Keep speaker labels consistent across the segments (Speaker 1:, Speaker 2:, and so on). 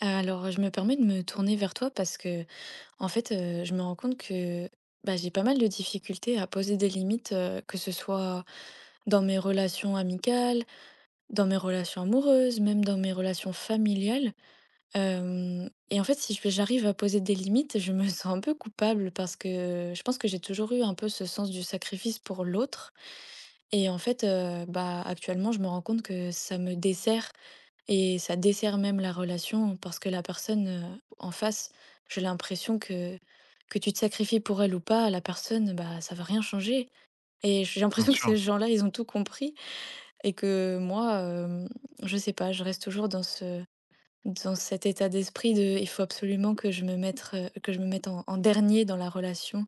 Speaker 1: Alors, je me permets de me tourner vers toi parce que, en fait, je me rends compte que, j'ai pas mal de difficultés à poser des limites, que ce soit dans mes relations amicales, dans mes relations amoureuses, même dans mes relations familiales. Hem Et en fait, si je j'arrive à poser des limites, je me sens un peu coupable parce que je pense que j'ai toujours eu un peu ce sens du sacrifice pour l'autre et en fait, actuellement, je me rends compte que ça me dessert et ça dessert même la relation parce que la personne, en face, j'ai l'impression que tu te sacrifies pour elle ou pas, la personne, ça va rien changer et j'ai
Speaker 2: Bien
Speaker 1: l'impression que
Speaker 2: sûr,
Speaker 1: ces gens-là, ils ont tout compris et que moi, je sais pas, je reste toujours dans cet état d'esprit de: «Il faut absolument que je me mette que je me mette en dernier dans la relation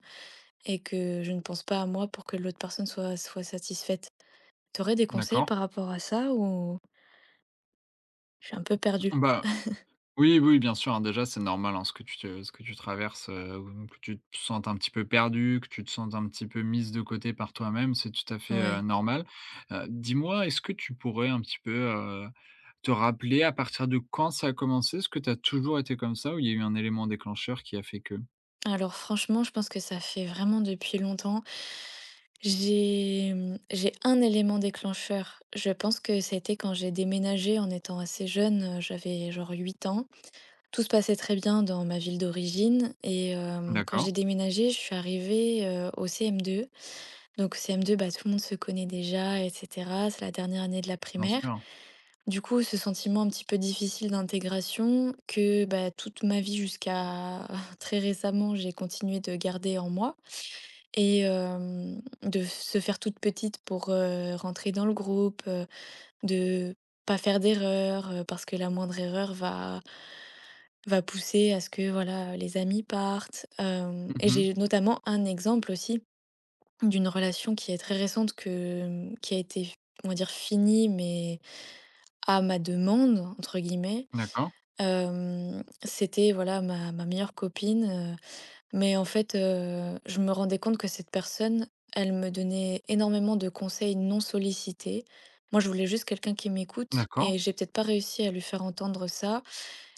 Speaker 1: et que je ne pense pas à moi pour que l'autre personne soit satisfaite». T'aurais des conseils
Speaker 2: d'accord.
Speaker 1: par rapport à ça ou je suis un peu perdue?
Speaker 2: Bah, oui, oui, bien sûr, hein, déjà, c'est normal, hein, ce que tu traverses, ou que tu te sentes un petit peu perdu, que tu te sentes un petit peu mise de côté par toi-même, c'est tout à fait
Speaker 1: Ouais.
Speaker 2: normal. Dis-moi, est-ce que tu pourrais un petit peu te rappeler à partir de quand ça a commencé? Est-ce que tu as toujours été comme ça ou il y a eu un élément déclencheur qui a fait que?
Speaker 1: Alors franchement, je pense que ça fait vraiment depuis longtemps. J'ai un élément déclencheur. Je pense que ça a été quand j'ai déménagé en étant assez jeune, j'avais genre 8 ans. Tout se passait très bien dans ma ville d'origine et quand
Speaker 2: D'accord,
Speaker 1: j'ai déménagé, je suis arrivée, au CM2. Donc CM2, tout le monde se connaît déjà et cetera. C'est la dernière année de la
Speaker 2: bien
Speaker 1: primaire.
Speaker 2: sûr.
Speaker 1: Du coup, ce sentiment un petit peu difficile d'intégration que, toute ma vie jusqu'à très récemment, j'ai continué de garder en moi. Et de se faire toute petite pour, rentrer dans le groupe, de pas faire d'erreur, parce que la moindre erreur va pousser à ce que, voilà, les amis partent. Hem Et
Speaker 2: Mmh.
Speaker 1: j'ai notamment un exemple aussi d'une relation qui est très récente que, mmh, qui a été f on va dire «finie» mais «à ma demande» entre guillemets.
Speaker 2: D'accord,
Speaker 1: C'était, voilà, ma meilleure copine, mais en fait, je me rendais compte que cette personne, elle me donnait énormément de conseils non sollicités. Moi, je voulais juste quelqu'un qui m'écoute
Speaker 2: d'accord.
Speaker 1: et j'ai peut-être pas réussi à lui faire entendre ça.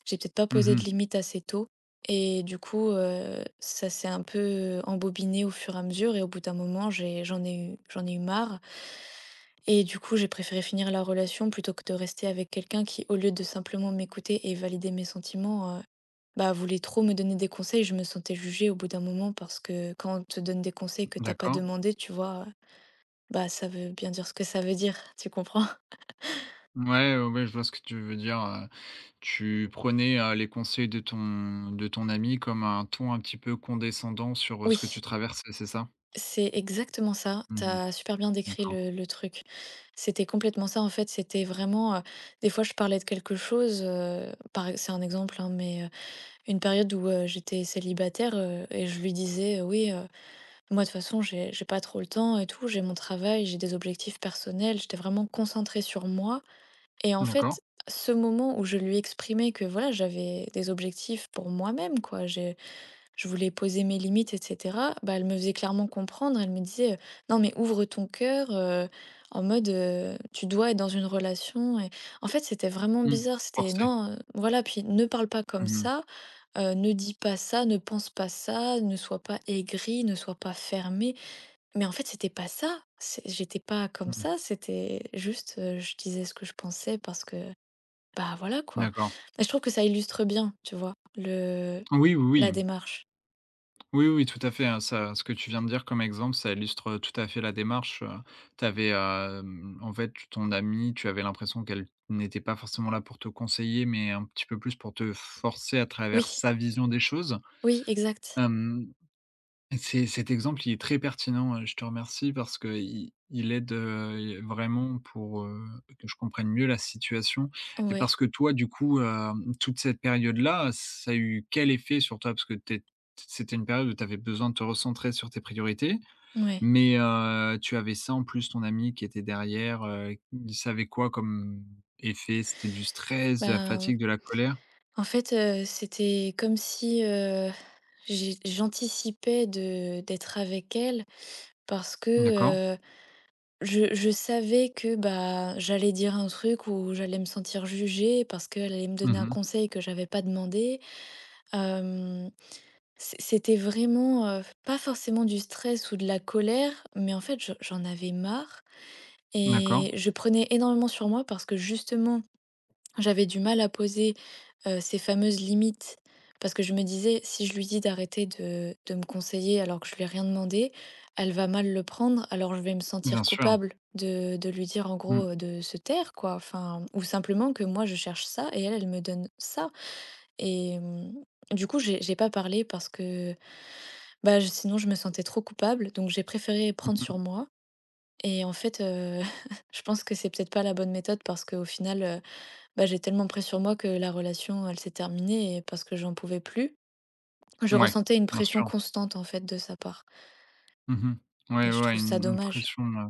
Speaker 1: J'ai peut-être pas posé de
Speaker 2: Mmh.
Speaker 1: limites assez tôt et du coup, ça s'est un peu embobiné au fur et à mesure et au bout d'un moment, j'en ai eu marre et du coup, j'ai préféré finir la relation plutôt que de rester avec quelqu'un qui, au lieu de simplement m'écouter et valider mes sentiments, voulait trop me donner des conseils. Je me sentais jugée au bout d'un moment parce que quand on te donne des conseils que t'as pas
Speaker 2: D'accord.
Speaker 1: demandé, tu vois, ça veut bien dire ce que ça veut dire, tu comprends?
Speaker 2: Ouais, ouais, ouais, je vois ce que tu veux dire. Tu prenais les conseils de ton ami comme un ton un petit peu condescendant sur ce que
Speaker 1: Oui,
Speaker 2: tu traversais, c'est ça?
Speaker 1: c'est exactement ça.
Speaker 2: Mmh.
Speaker 1: T'as super bien décrit
Speaker 2: D'accord.
Speaker 1: le truc. C'était complètement ça, en fait. C'était vraiment, des fois, je parlais de quelque chose, c'est un exemple, hein, mais une période où, j'étais célibataire, et je lui disais: «Oui, moi, de toute façon, j'ai pas trop le temps et tout, j'ai mon travail, j'ai des objectifs personnels». J'étais vraiment concentrée sur moi et en
Speaker 2: D'accord.
Speaker 1: fait, ce moment où je lui exprimais que, voilà, j'avais des objectifs pour moi-même, quoi, j'ai je voulais poser mes limites et cetera, elle me faisait clairement comprendre. Elle me disait: «Non, mais ouvre ton cœur», en mode, «Tu dois être dans une relation» et en fait, c'était vraiment
Speaker 2: Mmh.
Speaker 1: bizarre. C'était:
Speaker 2: Forcé.
Speaker 1: «Non, voilà, puis ne parle pas comme
Speaker 2: Mmh mh.
Speaker 1: ça, ne dis pas ça, ne pense pas ça, ne sois pas aigri, ne sois pas fermé.» Mais en fait, c'était pas ça. C'est J'étais pas comme
Speaker 2: Mmh.
Speaker 1: ça, c'était juste, je disais ce que je pensais parce que, voilà quoi.
Speaker 2: D'accord.
Speaker 1: Et je trouve que ça illustre bien, tu vois? Le
Speaker 2: Oui, oui, oui.
Speaker 1: la démarche.
Speaker 2: Oui, oui, tout à fait, hein, ça ce que tu viens de dire comme exemple, ça illustre tout à fait la démarche. Tu avais, en fait, ton amie, tu avais l'impression qu'elle n'était pas forcément là pour te conseiller, mais un petit peu plus pour te forcer à travers
Speaker 1: Oui,
Speaker 2: sa vision des choses.
Speaker 1: oui, exact.
Speaker 2: Hem C'est cet exemple, il est très pertinent, je te remercie parce que il aide, vraiment pour que je comprenne mieux la situation. Et
Speaker 1: Ouais,
Speaker 2: parce que toi, du coup, toute cette période-là, ça a eu quel effet sur toi? Parce que tu C'était une période où tu avais besoin de te recentrer sur tes priorités,
Speaker 1: ouais.
Speaker 2: mais tu avais ça en plus ton ami qui était derrière, il savait quoi comme effet? C'était du stress, de la
Speaker 1: Ben,
Speaker 2: fatigue, de la colère?
Speaker 1: En fait, c'était comme si, j'anticipais de d'être avec elle parce que,
Speaker 2: D'accord.
Speaker 1: euh, je savais que, j'allais dire un truc où j'allais me sentir jugée parce qu'elle allait me donner un
Speaker 2: Mmh.
Speaker 1: conseil que j'avais pas demandé. Hem, c'é c'était vraiment, pas forcément du stress ou de la colère, mais en fait, je j'en avais marre
Speaker 2: D'accord.
Speaker 1: et je prenais énormément sur moi parce que justement j'avais du mal à poser, ces fameuses limites parce que je me disais: «Si je lui dis d'arrêter de me conseiller alors que je lui ai rien demandé, elle va mal le prendre, alors je vais me
Speaker 2: Bien
Speaker 1: sentir
Speaker 2: sûr.
Speaker 1: coupable de lui dire en
Speaker 2: Mmh.
Speaker 1: gros, de se taire quoi», enfin ou simplement que moi je cherche ça et elle, elle me donne ça et du coup j'ai pas parlé parce que, bah, je sinon je me sentais trop coupable donc j'ai préféré prendre
Speaker 2: Mmh.
Speaker 1: sur moi et en fait, je pense que c'est peut-être pas la bonne méthode parce qu'au final, j'ai tellement pris sur moi que la relation, elle s'est terminée et parce que j'en pouvais plus. Je
Speaker 2: Ouais,
Speaker 1: ressentais une
Speaker 2: bien
Speaker 1: pression
Speaker 2: sûr.
Speaker 1: constante en fait de sa part
Speaker 2: Mmh. Ouais,
Speaker 1: et je
Speaker 2: ouais, ouais,
Speaker 1: trouve ça
Speaker 2: une
Speaker 1: dommage.
Speaker 2: pression.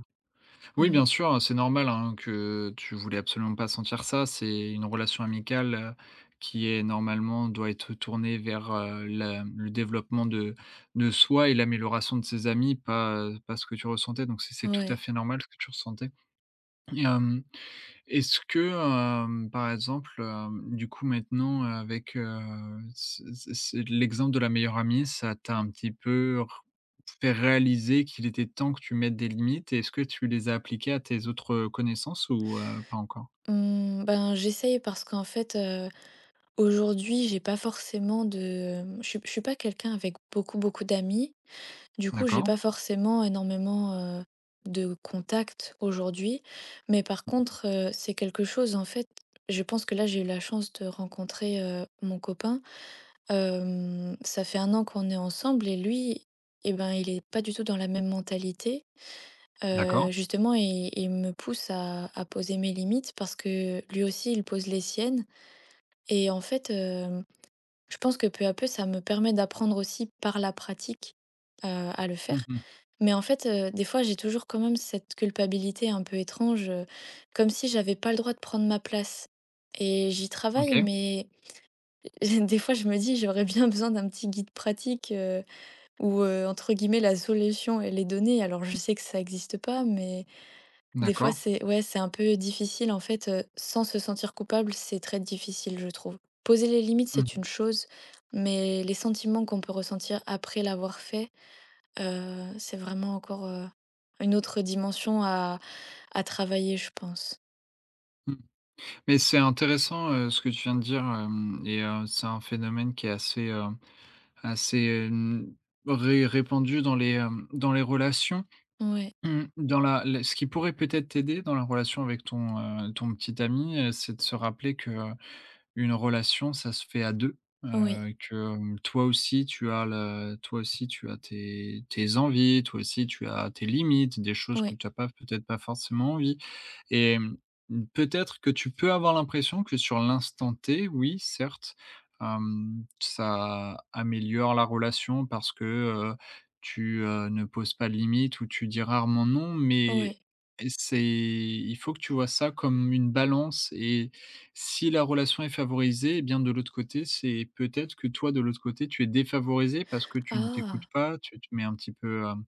Speaker 2: Oui, bien
Speaker 1: Mmh,
Speaker 2: sûr, hein, c'est normal, hein, que tu voulais absolument pas sentir ça. C'est une relation amicale, qui est normalement doit être tournée vers la le développement de soi et l'amélioration de ses amis, pas ce que tu ressentais. Donc c'est tout à
Speaker 1: ouais.
Speaker 2: fait normal ce que tu ressentais. Et hem est-ce que, par exemple, du coup, maintenant, avec, ce ce ce l'exemple de la meilleure amie, ça t'a un petit peu r fait réaliser qu'il était temps que tu mettes des limites, et est-ce que tu les as appliquées à tes autres connaissances ou pas encore?
Speaker 1: Mmh, ben, j'essaye parce qu'en fait, aujourd'hui, j'ai pas forcément de je suis pas quelqu'un avec beaucoup, beaucoup d'amis. Du coup, j'ai
Speaker 2: D'accord,
Speaker 1: pas forcément énormément, heu, de contacts aujourd'hui. Mais par contre, c'est quelque chose en fait je pense que là, j'ai eu la chance de rencontrer, mon copain. Ça fait un an qu'on est ensemble et lui, eh ben, il est pas du tout dans la même mentalité.
Speaker 2: d'accord.
Speaker 1: Justement, il me pousse à poser mes limites parce que lui aussi, il pose les siennes et en fait, je pense que peu à peu, ça me permet d'apprendre aussi par la pratique, heu, à le faire.
Speaker 2: Mmh.
Speaker 1: Mais en fait, des fois, j'ai toujours quand même cette culpabilité un peu étrange, comme si j'avais pas le droit de prendre ma place et j'y travaille
Speaker 2: OK,
Speaker 1: mais des fois, je me dis: «J'aurais bien besoin d'un petit guide pratique, ou, entre guillemets «la solution, elle est donnée». Alors je sais que ça existe pas, mais des fois
Speaker 2: d'accord.
Speaker 1: c'est ouais, c'est un peu difficile en fait, sans se sentir coupable, c'est très difficile, je trouve. Poser les limites,
Speaker 2: Mmh
Speaker 1: c'est une chose, mais les sentiments qu'on peut ressentir après l'avoir fait, c'est vraiment encore, une autre dimension à travailler, je pense.
Speaker 2: mh, mmh. Mais c'est intéressant, ce que tu viens de dire, hem et c'est un phénomène qui est assez assez, hem, ré répandu dans les relations.
Speaker 1: Ouais,
Speaker 2: Mmh, dans la la ce qui pourrait peut-être t'aider dans la relation avec ton petit ami, c'est de se rappeler que, une relation, ça se fait à 2.
Speaker 1: oui,
Speaker 2: Que, toi aussi tu as tes envies, toi aussi tu as tes limites, des choses que
Speaker 1: oui,
Speaker 2: tu as pas peut-être pas forcément envie. Et peut-être que tu peux avoir l'impression que sur l'instant T, oui, certes, ça améliore la relation parce que, tu, ne poses pas de limites ou tu dis rarement non, mais
Speaker 1: oui.
Speaker 2: c'est il faut que tu vois ça comme une balance. Et si la relation est favorisée, et bien de l'autre côté, c'est peut-être que toi de l'autre côté, tu es défavorisé parce que tu ne t'écoutes
Speaker 1: Ah!
Speaker 2: pas, tu te mets un petit peu, hem,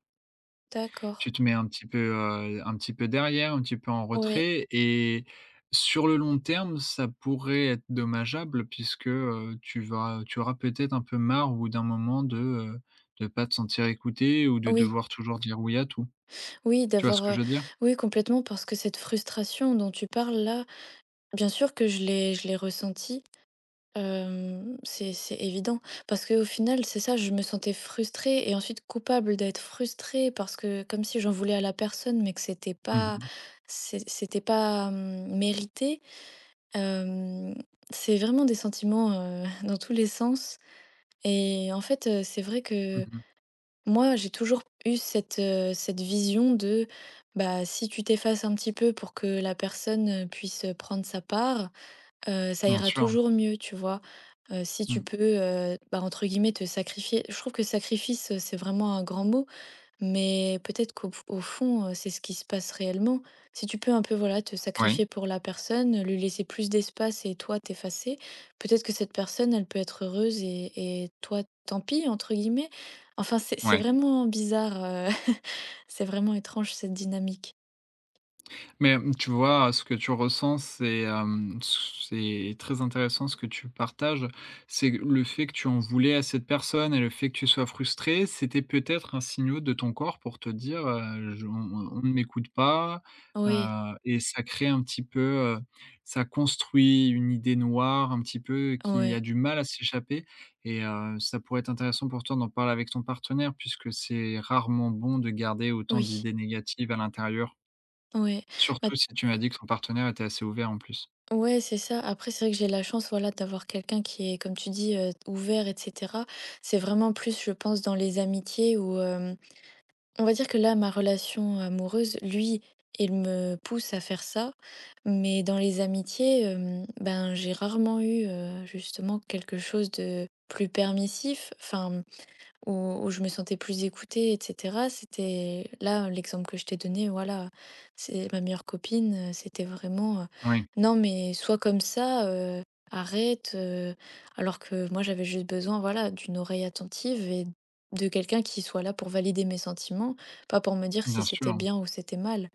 Speaker 1: D'accord.
Speaker 2: tu te mets un petit peu derrière, un petit peu en
Speaker 1: Ouais,
Speaker 2: retrait. Et sur le long terme, ça pourrait être dommageable puisque, tu auras peut-être un peu marre au bout d'un moment de pas te sentir écouté ou de
Speaker 1: oui,
Speaker 2: devoir toujours dire oui à tout.
Speaker 1: oui,
Speaker 2: Tu vois ce
Speaker 1: d'avoir,
Speaker 2: que je veux dire?
Speaker 1: oui, complètement parce que cette frustration dont tu parles là, bien sûr que je l'ai ressenti, c'est évident parce qu'au final, c'est ça, je me sentais frustrée et ensuite coupable d'être frustrée parce que comme si j'en voulais à la personne, mais que c'était
Speaker 2: Mmh
Speaker 1: pas
Speaker 2: mh.
Speaker 1: c'est c'était pas, mmh, mérité. Hem, c'est vraiment des sentiments, dans tous les sens et en fait, c'est vrai que
Speaker 2: Mmh.
Speaker 1: moi, j'ai toujours eu cette vision de, si tu t'effaces un petit peu pour que la personne, puisse, prendre sa part, ça
Speaker 2: Bien
Speaker 1: ira
Speaker 2: sûr.
Speaker 1: toujours mieux, tu vois? Si tu
Speaker 2: Mmh.
Speaker 1: peux, entre guillemets, «te sacrifier». Je trouve que «sacrifice», c'est vraiment un grand mot, mais peut-être qu'au fond, c'est ce qui se passe réellement. Si tu peux un peu, voilà, te
Speaker 2: Oui,
Speaker 1: sacrifier pour la personne, lui laisser plus d'espace et toi t'effacer, peut-être que cette personne, elle peut être heureuse et toi, tant pis, entre guillemets. Enfin, c'est
Speaker 2: ouais.
Speaker 1: vraiment bizarre, c'est vraiment étrange cette dynamique.
Speaker 2: Mais, tu vois, ce que tu ressens, c'est très intéressant ce que tu partages. C'est que le fait que tu en voulais à cette personne et le fait que tu sois frustré, c'était peut-être un signal de ton corps pour te dire: «Je on ne m'écoute pas»,
Speaker 1: Oui,
Speaker 2: heu et ça crée un petit peu, heu, ça construit une idée noire un petit peu qui a
Speaker 1: ouais,
Speaker 2: du mal à s'échapper. Et ça pourrait être intéressant pour toi d'en parler avec ton partenaire puisque c'est rarement bon de garder autant
Speaker 1: oui,
Speaker 2: d'idées négatives à l'intérieur.
Speaker 1: oui.
Speaker 2: Surtout si tu m'as dit que ton partenaire était assez ouvert en plus.
Speaker 1: Ouais, c'est ça. Après, c'est vrai que j'ai la chance, voilà, d'avoir quelqu'un qui est, comme tu dis, ouvert, et cetera. C'est vraiment plus, je pense, dans les amitiés où, on va dire que là, ma relation amoureuse, lui, il me pousse à faire ça. Mais dans les amitiés, ben, j'ai rarement eu, justement quelque chose de plus permissif. Enfin où je me sentais plus écoutée et cetera. C'était là, l'exemple que je t'ai donné, voilà, c'est ma meilleure copine, c'était vraiment:
Speaker 2: Oui,
Speaker 1: «Non, mais sois comme ça, arrête», alors que moi, j'avais juste besoin, voilà, d'une oreille attentive et de quelqu'un qui soit là pour valider mes sentiments, pas pour me dire si
Speaker 2: bien sûr.
Speaker 1: c'était
Speaker 2: Hein.
Speaker 1: bien ou c'était mal.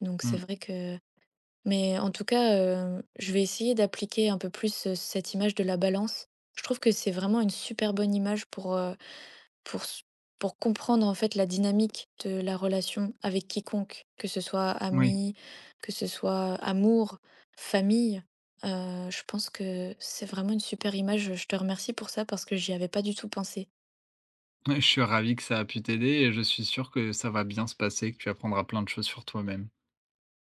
Speaker 1: Donc c'est
Speaker 2: Mmh.
Speaker 1: vrai que, mais en tout cas, je vais essayer d'appliquer un peu plus, cette image de la balance. Je trouve que c'est vraiment une super bonne image pour s pour comprendre, en fait, la dynamique de la relation avec quiconque, que ce soit
Speaker 2: Oui.
Speaker 1: ami, que ce soit amour, famille, je pense que c'est vraiment une super image. Je te remercie pour ça parce que j'y avais pas du tout pensé.
Speaker 2: Oui, je suis ravi que ça a pu t'aider et je suis sûr que ça va bien se passer, que tu apprendras plein de choses sur toi-même.